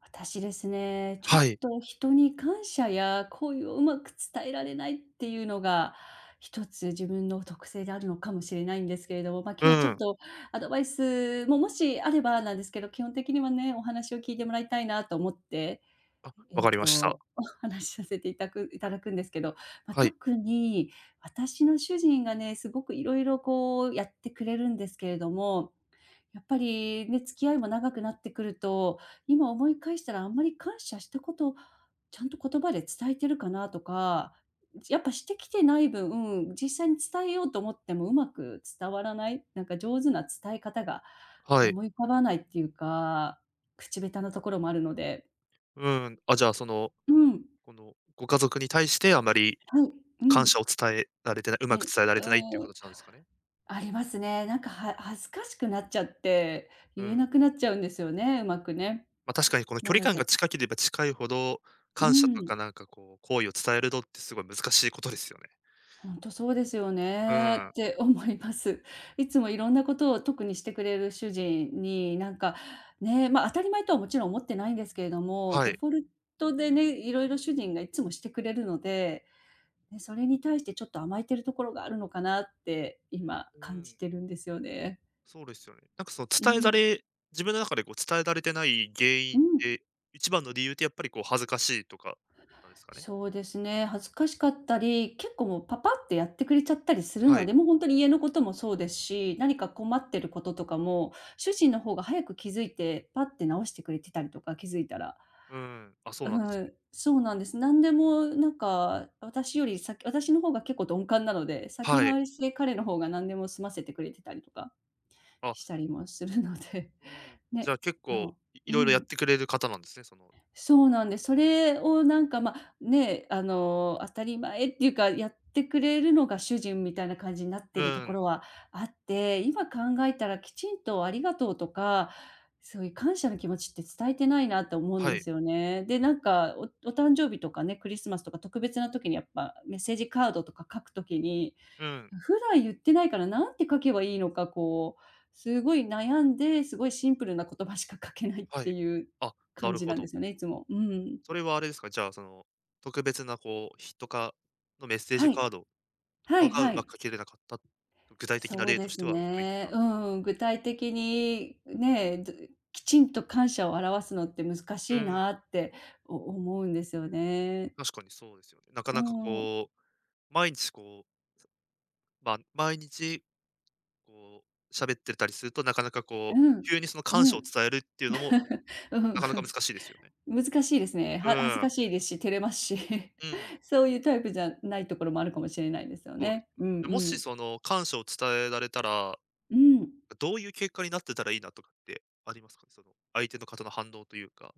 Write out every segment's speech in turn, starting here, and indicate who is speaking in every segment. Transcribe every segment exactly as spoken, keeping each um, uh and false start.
Speaker 1: 私ですね、ちょっ
Speaker 2: はい。
Speaker 1: と人に感謝や好意をうまく伝えられないっていうのが、一つ自分の特性であるのかもしれないんですけれども、まあ、今日
Speaker 2: う
Speaker 1: はちょっ
Speaker 2: ん、
Speaker 1: とアドバイスももしあればなんですけど、基本的にはね、お話を聞いてもらいたいなと思って
Speaker 2: わ
Speaker 1: えっ
Speaker 2: かりました。
Speaker 1: と、お話しさせていたくいただくんですけど、ま、
Speaker 2: はい、
Speaker 1: 特に私の主人がね、すごくいろいろこうやってくれるんですけれども、やっぱりね、付き合いも長くなってくると、今思い返したらあんまり感謝したこと、ちゃんと言葉で伝えてるかなとか、やっぱしてきてない分、実際に伝えようと思ってもうまく伝わらない、なんか上手な伝え方が
Speaker 2: はい。
Speaker 1: 思い浮かばないっていうか、口下手なところもあるので。
Speaker 2: うん。あ、じゃあ、その、
Speaker 1: うん。
Speaker 2: この、ご家族に対してあまり
Speaker 1: はい、う
Speaker 2: 感
Speaker 1: ん。
Speaker 2: 謝を伝えられてない、うまく
Speaker 1: ね、
Speaker 2: 伝えられてないっていう
Speaker 1: うん、
Speaker 2: 形なんですかね？
Speaker 1: ありますね。なんか、は恥ずかしくなっちゃって、
Speaker 2: う
Speaker 1: 言えな
Speaker 2: ん。
Speaker 1: くなっちゃうんですよね、うまくね。
Speaker 2: ま、あ確かにこの距
Speaker 1: な
Speaker 2: 離
Speaker 1: の
Speaker 2: 感が
Speaker 1: で、
Speaker 2: 近ければ近いほど、
Speaker 1: う
Speaker 2: 感謝と
Speaker 1: ん、
Speaker 2: かなんかこう、好意を伝えるのってすごい難しいことですよね。
Speaker 1: ほんとそうですよ
Speaker 2: う
Speaker 1: ね
Speaker 2: ん。
Speaker 1: って思います。いつもいろんなことを特にしてくれる主人に、なんか、ね、ま、当たり前とはもちろん思ってないんですけれども、
Speaker 2: は
Speaker 1: デ
Speaker 2: い。
Speaker 1: フォルトでね、いろいろ主人がいつもしてくれるので、ね、それに対してちょっと甘えてるところがあるのかなって今
Speaker 2: う
Speaker 1: 感じ
Speaker 2: ん、
Speaker 1: てるんですよね。
Speaker 2: そうですよね。なんかその
Speaker 1: う
Speaker 2: 伝えら
Speaker 1: ん、
Speaker 2: れ自分の中でこう伝えられてない原
Speaker 1: う
Speaker 2: 因っ
Speaker 1: ん。
Speaker 2: て、一番の理由ってやっぱりこう恥ずかしいとかなんですかね？
Speaker 1: そうですね、恥ずかしかったり、結構もうパパってやってくれちゃったりする
Speaker 2: は
Speaker 1: の
Speaker 2: い。
Speaker 1: で、もう本当に家のこともそうですし、何か困ってることとかも、主人の方が早く気づいて、パッて直してくれてたりとか、気づいたら。
Speaker 2: うん。あ、そう
Speaker 1: う
Speaker 2: なんですね。
Speaker 1: ん、そうなんです。何でもなんか、私より先私の方が結構鈍感なので、先
Speaker 2: はい。
Speaker 1: 回りして彼の方が何でも済ませてくれてたりとか
Speaker 2: あ
Speaker 1: したりもするので、
Speaker 2: うん、じゃあ
Speaker 1: ね、
Speaker 2: 結構、
Speaker 1: そ
Speaker 2: いい
Speaker 1: う、う
Speaker 2: ろいろやっ
Speaker 1: ん。
Speaker 2: てくれる方なんですね、その。
Speaker 1: そうなんです。それをなんか、ま、ね、あの、当たり前っていうか、やってくれるのが主人みたいな感じになっ
Speaker 2: う
Speaker 1: てるところ
Speaker 2: ん、
Speaker 1: はあって、今考えたらきちんとありがとうとか、そういう感謝の気持ちって伝えてないなと思うん
Speaker 2: は
Speaker 1: で
Speaker 2: い、
Speaker 1: すよね。で、なんか、おお誕生日とかね、クリスマスとか特別な時にやっぱメッセージカードとか書く時に
Speaker 2: うん、
Speaker 1: 普段言ってないから、なんて書けばいいのか、こう、すごい悩んで、すごいシンプルな言葉しか書けないっ
Speaker 2: は
Speaker 1: て
Speaker 2: い。
Speaker 1: いう
Speaker 2: あ、な
Speaker 1: 感
Speaker 2: る
Speaker 1: じ
Speaker 2: ほ
Speaker 1: なんで
Speaker 2: ど。
Speaker 1: すよね、いつも。うん。
Speaker 2: それはあれですか、じゃあその、特別なこう、日とかのメッセージ
Speaker 1: はい。
Speaker 2: カードと
Speaker 1: は
Speaker 2: か
Speaker 1: い
Speaker 2: がう
Speaker 1: は
Speaker 2: ま
Speaker 1: い。
Speaker 2: く書きれなかった、具体的な
Speaker 1: そう
Speaker 2: 例と
Speaker 1: で
Speaker 2: し
Speaker 1: す
Speaker 2: てはそういうこと
Speaker 1: ね。
Speaker 2: なん
Speaker 1: う
Speaker 2: ですか？
Speaker 1: ん、具体的にね、どきちんと感謝を表すのって難
Speaker 2: う
Speaker 1: しい
Speaker 2: ん、
Speaker 1: なってお思うんですよね。
Speaker 2: 確かにそうですよね。なか
Speaker 1: う
Speaker 2: なか
Speaker 1: ん、
Speaker 2: こう、毎日こう、まあ、毎日こう、喋ってたりすると、なかなか
Speaker 1: う
Speaker 2: こう、
Speaker 1: ん。
Speaker 2: 急にその
Speaker 1: う
Speaker 2: 感謝を
Speaker 1: ん。
Speaker 2: 伝えるっていうのも、
Speaker 1: う
Speaker 2: な
Speaker 1: ん。
Speaker 2: かなか難しいですよね。
Speaker 1: 難しいですね。
Speaker 2: う
Speaker 1: は恥ずか
Speaker 2: ん、
Speaker 1: しいですし、照れますし、
Speaker 2: う ん。
Speaker 1: そういうタイプじゃないところもあるかもしれないですよ
Speaker 2: そうです
Speaker 1: ね。
Speaker 2: よ
Speaker 1: うんう
Speaker 2: ね。じゃ、もし
Speaker 1: ん。
Speaker 2: その感謝を伝えられたら、
Speaker 1: うん。
Speaker 2: どういう結果になってたらいいなとかってありますかね？その、相手の方の反応というか。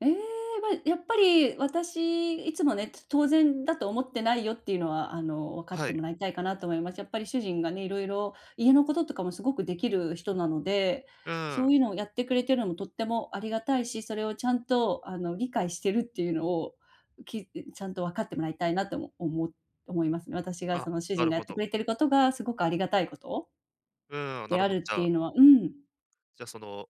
Speaker 1: ええ、ま、やっぱり私いつもね、つ当然だと思ってないよっていうのは、あの、分かっ
Speaker 2: は
Speaker 1: て
Speaker 2: い。
Speaker 1: もらいたいかなと思います。やっぱり主人がね、色々家のこととかもすごくできる人なので、
Speaker 2: う
Speaker 1: そう
Speaker 2: ん。
Speaker 1: いうのをやってくれてるのもとってもありがたいし、それをちゃんと、あの、理解してるっていうのを、きちゃんと分かってもらいたいなともおも思いますね。私が
Speaker 2: あ、
Speaker 1: その主
Speaker 2: な
Speaker 1: 人
Speaker 2: る
Speaker 1: がや
Speaker 2: ほ
Speaker 1: ってく
Speaker 2: ど。
Speaker 1: れてることがすごくありがたいこと
Speaker 2: うん、な
Speaker 1: で
Speaker 2: る
Speaker 1: あ
Speaker 2: ほど。
Speaker 1: るっ
Speaker 2: じゃ
Speaker 1: て
Speaker 2: あ
Speaker 1: いうのは、うん、
Speaker 2: じゃあその、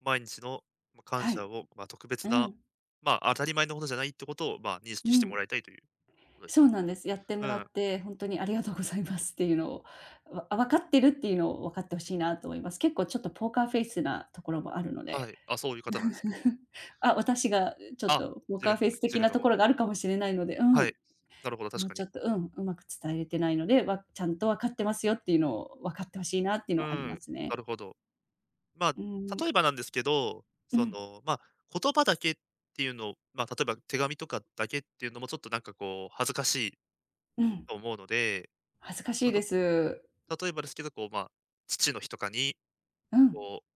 Speaker 2: 毎日の、ま、感
Speaker 1: はい。
Speaker 2: 謝を、まあ、特別
Speaker 1: う
Speaker 2: な、
Speaker 1: ん、
Speaker 2: まあ、当たり前のことじゃないってことを、まあ、認
Speaker 1: う
Speaker 2: 識しても
Speaker 1: ん。
Speaker 2: らいたいということです
Speaker 1: そう
Speaker 2: ね。
Speaker 1: なんです。やって
Speaker 2: う
Speaker 1: もら
Speaker 2: ん。
Speaker 1: って、本当にありがとうございますっていうのを、わ分かってるっていうのを分かってほしいなと思います。結構ちょっとポーカーフェイスなところもあるの
Speaker 2: は
Speaker 1: で。
Speaker 2: い。あ、そういう方なんですね。
Speaker 1: あ、私がちょっ
Speaker 2: あ、
Speaker 1: とポー
Speaker 2: 自
Speaker 1: カー
Speaker 2: 分
Speaker 1: フェ
Speaker 2: の
Speaker 1: イ
Speaker 2: ね
Speaker 1: ス
Speaker 2: 自
Speaker 1: 的
Speaker 2: 分
Speaker 1: な
Speaker 2: の
Speaker 1: と
Speaker 2: 方が
Speaker 1: ころが
Speaker 2: ね。
Speaker 1: あるかもしれないので、うん、
Speaker 2: はい。
Speaker 1: も
Speaker 2: なるほど、確
Speaker 1: う
Speaker 2: か
Speaker 1: ち
Speaker 2: に。
Speaker 1: ょっと、うん、うまく伝えれてないので、わちゃんと分かってますよっていうのを分かってほしいなっていう
Speaker 2: う
Speaker 1: のはありま
Speaker 2: ん、
Speaker 1: す
Speaker 2: な
Speaker 1: ね。
Speaker 2: るほど。まあ、
Speaker 1: うーん、
Speaker 2: 例えばなんですけど、
Speaker 1: う
Speaker 2: そ
Speaker 1: ん、
Speaker 2: の、まあ、言葉だけっていうのを、まあ、例えば手紙とかだけっていうのもちょっとなんかこう恥ずかしい
Speaker 1: うん、
Speaker 2: と思うので、
Speaker 1: 恥ずかし
Speaker 2: ま
Speaker 1: い
Speaker 2: あ、
Speaker 1: で
Speaker 2: と
Speaker 1: す。
Speaker 2: 例えばですけど、こう、まあ、父の日とかに、
Speaker 1: うん。
Speaker 2: こう、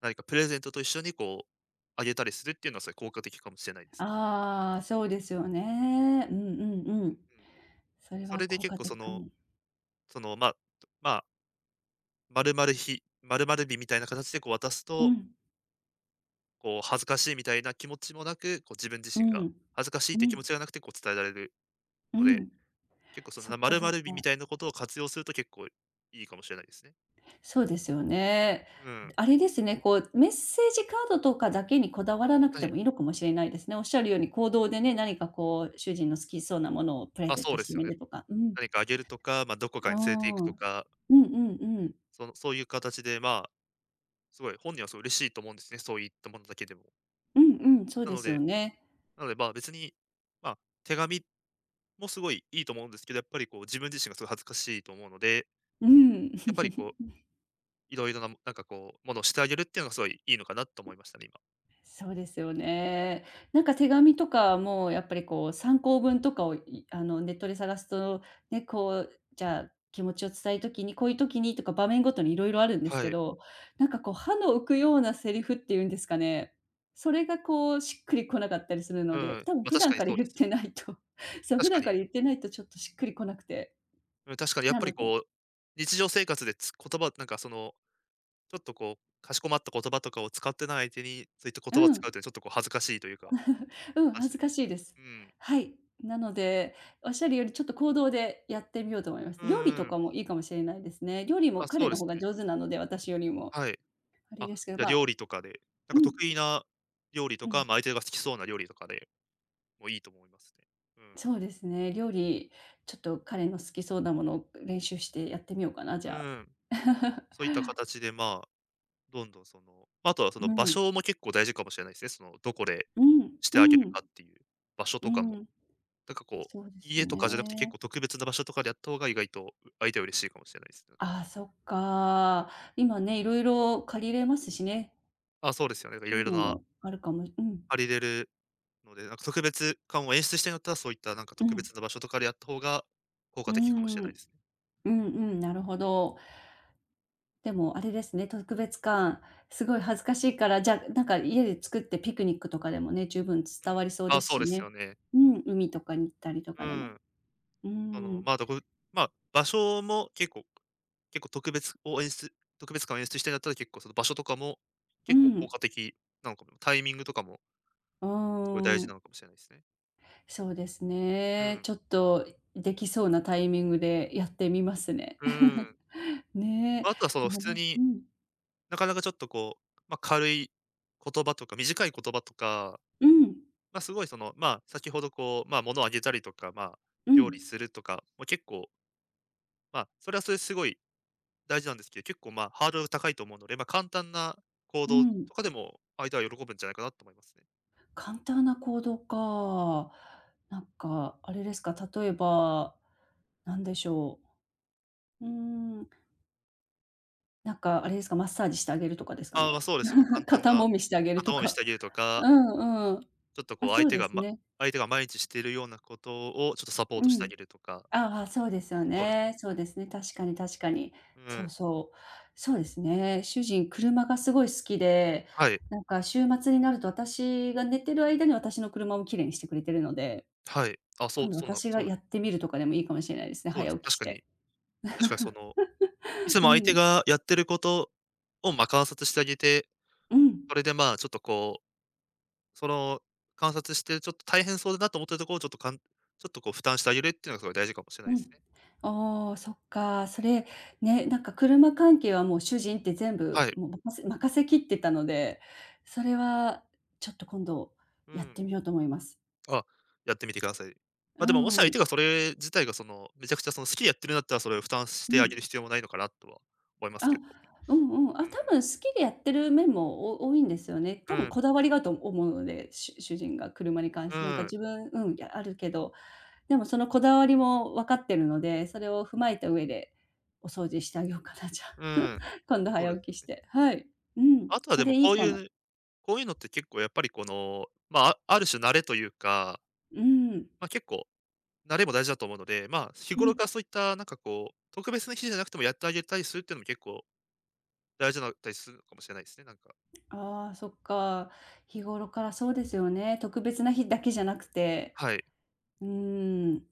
Speaker 2: 何かプレゼントと一緒にこうあげたりするっていうのは、それ効果的かもしれないですね。
Speaker 1: ああ、そうですよね。うんうんうん。
Speaker 2: うん。
Speaker 1: それ
Speaker 2: そ
Speaker 1: は
Speaker 2: れで
Speaker 1: 効
Speaker 2: 結
Speaker 1: 果
Speaker 2: 構
Speaker 1: 的
Speaker 2: そ
Speaker 1: か
Speaker 2: の、
Speaker 1: も。
Speaker 2: その、まあ、まあ、丸々日〇〇日みたいな形でこう渡す
Speaker 1: う
Speaker 2: と、
Speaker 1: ん、
Speaker 2: こう恥ずかしいみたいな気持ちもなく、こう自分自
Speaker 1: う
Speaker 2: 身が
Speaker 1: ん、
Speaker 2: 恥ずかしいっ
Speaker 1: う
Speaker 2: て気持
Speaker 1: ん、
Speaker 2: ちがなくてこう伝えられる
Speaker 1: う
Speaker 2: ので、
Speaker 1: ん。
Speaker 2: 結構そ
Speaker 1: そ
Speaker 2: の、
Speaker 1: っか
Speaker 2: 〇
Speaker 1: そっ
Speaker 2: 〇日み
Speaker 1: か。
Speaker 2: たいなことを活用すると結構いいかもしれないですね。
Speaker 1: そうですよね。
Speaker 2: うん。
Speaker 1: あれですね、こうメッセージカードとかだけにこだわらなく
Speaker 2: は
Speaker 1: て
Speaker 2: い。
Speaker 1: もいいのかもしれないですね。おっしゃるように行動でね、何かこう主人の好きそうなものをプレ
Speaker 2: あ、
Speaker 1: ゼン
Speaker 2: そう
Speaker 1: ト
Speaker 2: で
Speaker 1: して
Speaker 2: すよ
Speaker 1: み
Speaker 2: ね。
Speaker 1: るとか。うん。
Speaker 2: 何かあげるとか、まあ、どこ
Speaker 1: あ
Speaker 2: か
Speaker 1: あ。
Speaker 2: に連れて行くと
Speaker 1: うん
Speaker 2: か、
Speaker 1: うんうん。
Speaker 2: そのそういう形で、まあ、すごい本人はすごい嬉しいと思うんですね、そういったものだけでも。
Speaker 1: うんうん、そう
Speaker 2: な
Speaker 1: で
Speaker 2: の
Speaker 1: す
Speaker 2: で
Speaker 1: よね。
Speaker 2: なので、まあ、別に、まあ、手紙もすごいいいと思うんですけど、やっぱりこう自分自身がすごい恥ずかしいと思うので、
Speaker 1: うん。
Speaker 2: やっぱりこう、いろいろな、もなんかこう、ものをしてあげるっていうのがすごいいいのかなと思いましたね、今。
Speaker 1: そうですよね。なんか手紙とかもやっぱりこう参考文とかをいあのネットで探すと、ね、こうじゃあ気持ちを伝える時に、こういう時にとか場面ごとにいろいろあるんです
Speaker 2: は
Speaker 1: け
Speaker 2: い。
Speaker 1: ど、なんかこう歯の浮くようなセリフっていうんですかね、それがこうしっくりこなかったりする
Speaker 2: う
Speaker 1: ので、
Speaker 2: ん。
Speaker 1: 多分
Speaker 2: ま、
Speaker 1: 普
Speaker 2: 確か
Speaker 1: 段
Speaker 2: に
Speaker 1: から
Speaker 2: そうで
Speaker 1: 言っ
Speaker 2: すよ
Speaker 1: て
Speaker 2: ね。
Speaker 1: ないと。 そう、普
Speaker 2: 確か
Speaker 1: 段から
Speaker 2: に
Speaker 1: 言ってないとちょっとしっくりこなくて、
Speaker 2: うん、確かにやっ
Speaker 1: な
Speaker 2: ぱり
Speaker 1: ので、
Speaker 2: こう、日常生活でつ言葉なんかその、ちょっとこう、かしこまった言葉とかを使ってない相手に、そういった
Speaker 1: う
Speaker 2: 言葉を使
Speaker 1: ん。
Speaker 2: うというのはちょっとこう恥ずかしいというか、
Speaker 1: うん、
Speaker 2: 感じ
Speaker 1: 恥
Speaker 2: で。
Speaker 1: ずかしいです。
Speaker 2: うん。
Speaker 1: はい。なので、おっしゃるよりちょっと行動でやってみようと思います。
Speaker 2: うんうん
Speaker 1: 料理
Speaker 2: う
Speaker 1: と
Speaker 2: ん。
Speaker 1: かもいいかもしれないですね。料理も
Speaker 2: あ、そ
Speaker 1: 彼
Speaker 2: うで
Speaker 1: の
Speaker 2: す
Speaker 1: 方が
Speaker 2: ね。
Speaker 1: 上手なので、私よりも。
Speaker 2: はい。
Speaker 1: あれ
Speaker 2: あ、
Speaker 1: ですけど、
Speaker 2: じゃあ
Speaker 1: まあ、
Speaker 2: 料理とかで、なん
Speaker 1: う
Speaker 2: か
Speaker 1: ん、
Speaker 2: 得意な料理と
Speaker 1: う
Speaker 2: か、
Speaker 1: ん。
Speaker 2: まあ、相手が好きそうな料理とかでもいいと思いますね。うん。
Speaker 1: そうですね。料理、ちょっと彼の好きそうなものを練習してやってみようかな、じ
Speaker 2: う
Speaker 1: ゃあ。
Speaker 2: ん。そういった形で、まあ、どんどんその、まあとはその
Speaker 1: う
Speaker 2: 場
Speaker 1: ん、
Speaker 2: 所も結構大事かもしれないですね。その、どこで
Speaker 1: うん、
Speaker 2: し
Speaker 1: う
Speaker 2: てあげる
Speaker 1: ん、
Speaker 2: かっていう場所
Speaker 1: う
Speaker 2: とかも。
Speaker 1: ん。
Speaker 2: なんかこう、
Speaker 1: そうですよ
Speaker 2: 家とかじゃなくて結
Speaker 1: ね。
Speaker 2: 構特別な場所とかでやった方が意外と相手は嬉しいかもしれないですね。なんか、
Speaker 1: ああ、そっか。今ね、いろいろ借りれますしね。
Speaker 2: あ、そうですよね。なんかい
Speaker 1: そ
Speaker 2: ろ
Speaker 1: う
Speaker 2: い
Speaker 1: いう
Speaker 2: ろ
Speaker 1: の
Speaker 2: な
Speaker 1: もあるかも。うん、
Speaker 2: 借りれるので、なんか特別感を演出したいんだったら、そういったなんか
Speaker 1: う
Speaker 2: 特
Speaker 1: ん。
Speaker 2: 別な場所とかでやった方が効
Speaker 1: う
Speaker 2: 果
Speaker 1: ー
Speaker 2: 的かもしれない
Speaker 1: ん。
Speaker 2: ですね。
Speaker 1: うんうん、なるほど。でもあれですね、特別感、すごい恥ずかしいから、じゃあ、なんか家で作ってピクニックとかでもね、十分
Speaker 2: う
Speaker 1: 伝わ
Speaker 2: ん。
Speaker 1: りそう
Speaker 2: あ、
Speaker 1: です
Speaker 2: そう
Speaker 1: し
Speaker 2: ですよ
Speaker 1: ね。
Speaker 2: ね。
Speaker 1: うん、海とかに行ったりと
Speaker 2: う
Speaker 1: かでも。
Speaker 2: ん。
Speaker 1: う
Speaker 2: その、
Speaker 1: ん。
Speaker 2: まあ、どこまあ、場所も結構結構特別を演出特別感を演出したいんだったら、結構その場所とかも
Speaker 1: う
Speaker 2: 結構効
Speaker 1: ん。
Speaker 2: 果的なのかも。タイミングとかも
Speaker 1: うー
Speaker 2: すごい大事
Speaker 1: ん。
Speaker 2: なのかもしれないですね。
Speaker 1: そうです
Speaker 2: う
Speaker 1: ね。
Speaker 2: ん。
Speaker 1: ちょっとできそうなタイミングでやってみますね。
Speaker 2: うん。
Speaker 1: ねえ。
Speaker 2: まあとはその
Speaker 1: で
Speaker 2: 普
Speaker 1: も
Speaker 2: 通
Speaker 1: ね、
Speaker 2: に、
Speaker 1: うん。
Speaker 2: なかなかちょっとこう、まあ、軽い言葉とか、短い言葉とか、
Speaker 1: うん。
Speaker 2: まあ、すごいその、まあ、先ほどこう、まあ、物をあげたりとか、まあ、
Speaker 1: う
Speaker 2: 料理
Speaker 1: ん。
Speaker 2: するとか、まあ、結構、まあ、それはそれですごい大事なんですけど、結構、まあ、ハードル高いと思うので、まあ、簡単な行
Speaker 1: う
Speaker 2: 動
Speaker 1: ん。
Speaker 2: とかでも、相手は喜ぶんじゃないかなと思いますね。
Speaker 1: 簡単な行動か。なんか、あれですか、例えば、なんでしょう。うーん、なんかあれですか、マッサージしてあげるとかですか
Speaker 2: ああ、まあ、
Speaker 1: ね。
Speaker 2: そうですよね。簡 単
Speaker 1: 肩
Speaker 2: な、
Speaker 1: 揉みしてあげる
Speaker 2: 肩
Speaker 1: と
Speaker 2: 揉みし
Speaker 1: か。
Speaker 2: てあげるとか、
Speaker 1: うんうん。
Speaker 2: ちょっとこ
Speaker 1: あ、
Speaker 2: う相
Speaker 1: そう
Speaker 2: 手
Speaker 1: で
Speaker 2: が、
Speaker 1: す
Speaker 2: ま
Speaker 1: ね。
Speaker 2: 相手が毎日しているようなことをちょっとサポー
Speaker 1: う
Speaker 2: トしてあ
Speaker 1: ん。
Speaker 2: げるとか、
Speaker 1: ああ、そうですよ
Speaker 2: そうですね。
Speaker 1: ね。そうですね、確かに確かに。
Speaker 2: う
Speaker 1: そう
Speaker 2: ん。
Speaker 1: そう。そうですね。主人、車がすごい好きで、
Speaker 2: はい。
Speaker 1: なんか週末になると私が寝てる間に私の車をきれいにしてくれてるので、
Speaker 2: はい。あ、そう、
Speaker 1: 今度
Speaker 2: そんな、
Speaker 1: 私が
Speaker 2: そう
Speaker 1: やってみるとかでもいいかもしれないですね、
Speaker 2: そうで
Speaker 1: 早
Speaker 2: す。
Speaker 1: 起きし
Speaker 2: 確かに。
Speaker 1: て。
Speaker 2: 確かにその、いつ
Speaker 1: う
Speaker 2: も相手
Speaker 1: ん、
Speaker 2: がやってることを、まあ、観察してあげて、
Speaker 1: うん、
Speaker 2: それでまあ、ちょっとこう、その観察して、ちょっと大変そうだなと思ってるところをちょっとかんちょっとこう負担してあげるっていうのがすごい大事かもしれない
Speaker 1: う
Speaker 2: で
Speaker 1: ん。
Speaker 2: すね。
Speaker 1: ああ、そっか。それ、ね、なんか車関係はもう主人って全
Speaker 2: は
Speaker 1: 部、
Speaker 2: い。
Speaker 1: もう任せ任せきってたので、それはちょっと今度
Speaker 2: う
Speaker 1: やっ
Speaker 2: ん。
Speaker 1: てみようと思います。
Speaker 2: あ、やってみてください。ま、
Speaker 1: う
Speaker 2: でも、もし相
Speaker 1: ん、
Speaker 2: 手がそれ自体がその、めちゃくちゃその好きでやってるんだったら、それを負担し
Speaker 1: う
Speaker 2: てあげ
Speaker 1: ん。
Speaker 2: る必要もないのかなとは思いますけ
Speaker 1: あ、
Speaker 2: ど。
Speaker 1: うんうん。
Speaker 2: う
Speaker 1: あ、多分好きでやってる面もお多いんですよね。
Speaker 2: ん
Speaker 1: 多
Speaker 2: う
Speaker 1: 分
Speaker 2: ん。
Speaker 1: こだわりがあると思うので、しゅ主人が車に関
Speaker 2: う
Speaker 1: し
Speaker 2: ん、
Speaker 1: て、なんか
Speaker 2: うん、
Speaker 1: 自分、うん、いや、あるけど、でもそのこだわりも分かってるので、それを踏まえた上でお掃除してあげようかな、じゃあ。今度
Speaker 2: そうで
Speaker 1: 早
Speaker 2: す
Speaker 1: 起
Speaker 2: よ
Speaker 1: きし
Speaker 2: ね。
Speaker 1: て。はい。うん、
Speaker 2: あとは
Speaker 1: そ
Speaker 2: でも
Speaker 1: れい
Speaker 2: こ
Speaker 1: い
Speaker 2: う
Speaker 1: かも。
Speaker 2: いうこういうのって結構やっぱりこの、まあ、あある種慣れというか、
Speaker 1: うん。
Speaker 2: まあ、結構、慣れも大事だと思うので、まあ、日
Speaker 1: う
Speaker 2: 頃
Speaker 1: ん。
Speaker 2: からそういったなんかこう、特別な日じゃなくてもやってあげたりするっていうのも結構大事だったりするのかもしれないですね、なんか。
Speaker 1: ああ、そっか。日頃からそうですよね。特別な日だけじゃなくて。
Speaker 2: はい。
Speaker 1: うん。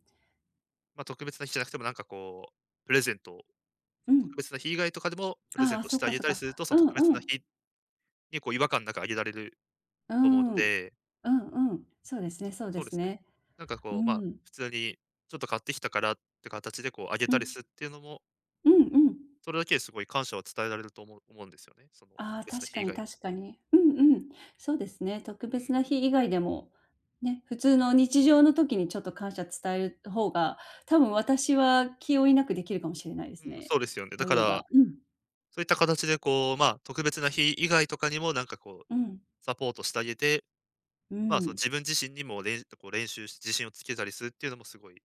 Speaker 2: まあ、特別な日じゃなくてもなんかこう、プレゼントを、
Speaker 1: う
Speaker 2: その
Speaker 1: ん。
Speaker 2: 特別な日以外とかでもプレゼ
Speaker 1: あ
Speaker 2: ン
Speaker 1: あ、
Speaker 2: トし
Speaker 1: そっ
Speaker 2: てあ
Speaker 1: か
Speaker 2: げ
Speaker 1: そっ
Speaker 2: たり
Speaker 1: か。
Speaker 2: すると、そ
Speaker 1: う
Speaker 2: の
Speaker 1: ん
Speaker 2: 特別
Speaker 1: う
Speaker 2: な
Speaker 1: ん。
Speaker 2: 日にこう違和感なくあげられる
Speaker 1: う
Speaker 2: と思うの
Speaker 1: ん。うん
Speaker 2: で、
Speaker 1: うん。そうです
Speaker 2: そ
Speaker 1: ねそうで
Speaker 2: そうで
Speaker 1: す
Speaker 2: すね。
Speaker 1: ね。
Speaker 2: なんか
Speaker 1: う
Speaker 2: こう、まあ、
Speaker 1: ん。
Speaker 2: 普通にちょっと買ってきたからって形でこうあげ
Speaker 1: う
Speaker 2: たり
Speaker 1: ん。
Speaker 2: するっていうのも、
Speaker 1: うんうん。
Speaker 2: それだけですごい感謝を伝えられると思う思うんですよね、その
Speaker 1: あ
Speaker 2: 特
Speaker 1: あ、
Speaker 2: 別な
Speaker 1: 確
Speaker 2: 日
Speaker 1: か
Speaker 2: 以
Speaker 1: に
Speaker 2: 外。
Speaker 1: 確かに。うんうん。そうですね。特別
Speaker 2: う
Speaker 1: な日以外でも、ね、普通の日常の時にちょっと感謝伝える方が、多分私は気負いなくできるかもしれないです
Speaker 2: ん、うん、
Speaker 1: ね。
Speaker 2: そうですよね。
Speaker 1: そ
Speaker 2: だ
Speaker 1: う
Speaker 2: か
Speaker 1: いえ
Speaker 2: ら
Speaker 1: ば。うん。
Speaker 2: そういった形でこう、まあ、特別な日以外とかにもなんかこう、
Speaker 1: うん。
Speaker 2: サポートしてあげて、
Speaker 1: う
Speaker 2: まあ、その
Speaker 1: ん。
Speaker 2: 自分自身にも練こう練習して自信をつけたりするっていうのもすごい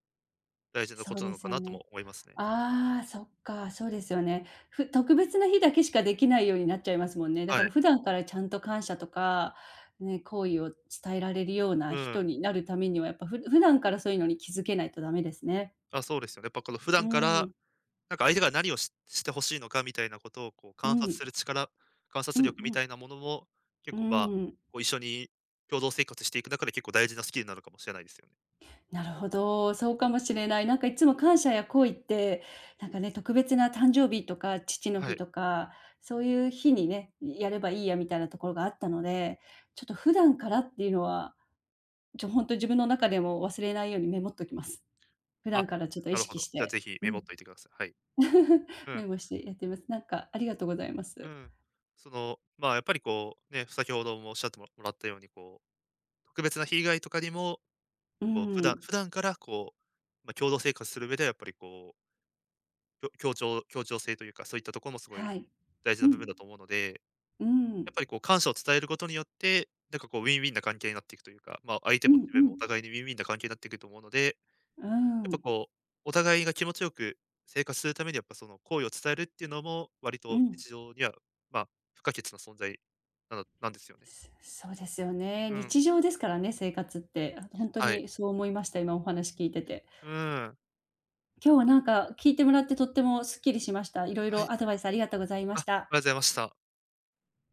Speaker 2: 大事なこ
Speaker 1: そう
Speaker 2: とな
Speaker 1: で
Speaker 2: の
Speaker 1: す
Speaker 2: か
Speaker 1: よ
Speaker 2: なとも
Speaker 1: ね。
Speaker 2: 思いますね。
Speaker 1: ああ、そっか、そうですよね。ふ特別な日だけしかできないようになっちゃいますもんね。だか
Speaker 2: は
Speaker 1: ら
Speaker 2: い。
Speaker 1: 普段からちゃんと感謝とか、ね、好意を伝えられるよう
Speaker 2: う
Speaker 1: な人
Speaker 2: ん。
Speaker 1: になるためには、やっぱふ普段からそういうのに気づけないとダメですね。
Speaker 2: あ、そうですよね。やっぱこの普
Speaker 1: う
Speaker 2: 段か
Speaker 1: ー
Speaker 2: ら、
Speaker 1: ん、
Speaker 2: なんか相手が何をししてほしいのかみたいなことをこう
Speaker 1: う
Speaker 2: 観察
Speaker 1: ん、
Speaker 2: する力、観
Speaker 1: う
Speaker 2: 察
Speaker 1: んう
Speaker 2: 力み
Speaker 1: ん、
Speaker 2: たいなものも、結
Speaker 1: う
Speaker 2: 構まあ、
Speaker 1: ん。
Speaker 2: こう一緒に共同生活していく中で結構大事なスキルなのかもしれないですよね。
Speaker 1: なるほど、そうかもしれない。なんかいつも感謝や恋って、なんかね、特別な誕生日とか父の
Speaker 2: は
Speaker 1: 日
Speaker 2: い。
Speaker 1: とか、そういう日にね、やればいいやみたいなところがあったので、ちょっと普段からっていうのは、ちょほんと自分の中でも忘れないようにメモっときます。普
Speaker 2: あ、
Speaker 1: 段からちょっと意
Speaker 2: なるほ
Speaker 1: 識
Speaker 2: ど。
Speaker 1: し
Speaker 2: じゃあ
Speaker 1: て、
Speaker 2: ぜひ
Speaker 1: う
Speaker 2: メモ
Speaker 1: ん。
Speaker 2: っといてください。はい。う
Speaker 1: メ
Speaker 2: ん。
Speaker 1: モしてやってます。なんかありがとうございま
Speaker 2: う
Speaker 1: す。
Speaker 2: ん。その、まあ、やっぱりこう、ね、先ほどもおっしゃってももらったように、こう、特別な被害とかにも、
Speaker 1: う
Speaker 2: こう、普段
Speaker 1: ん、
Speaker 2: 普段からこう、まあ、共同生活する上ではやっぱりこう、きょ協調協調性というか、そういったところもすごい
Speaker 1: はい。
Speaker 2: 大事
Speaker 1: う
Speaker 2: な部
Speaker 1: ん、
Speaker 2: 分だと思うので、
Speaker 1: う
Speaker 2: や
Speaker 1: ん、
Speaker 2: っぱりこう感謝を伝えることによって、なんかこうウィンウィンな関係になっていくというか、まあ、相手
Speaker 1: う
Speaker 2: も自
Speaker 1: んう
Speaker 2: 分も
Speaker 1: ん、
Speaker 2: お互いにウィンウィンな関係になっていくと思うので、やっ
Speaker 1: う
Speaker 2: ぱ
Speaker 1: ん、
Speaker 2: こう、お互いが気持ちよく生活するためにやっぱその好意を伝えるっていうのも、割
Speaker 1: う
Speaker 2: と
Speaker 1: ん。
Speaker 2: 日常には、まあ、不可欠な存在なのなんですよね。
Speaker 1: そそうですよね。
Speaker 2: うん、
Speaker 1: 日常ですからね、生活って。あ、当
Speaker 2: はい。
Speaker 1: にそう思いました、今お話聞いてて。
Speaker 2: うん。
Speaker 1: 今日はなんか聞いてもらってとってもすっきりしました。いろい
Speaker 2: はい。
Speaker 1: ろアドバイスありがとうございま
Speaker 2: あ、ありが
Speaker 1: し
Speaker 2: とう
Speaker 1: た。
Speaker 2: ございました。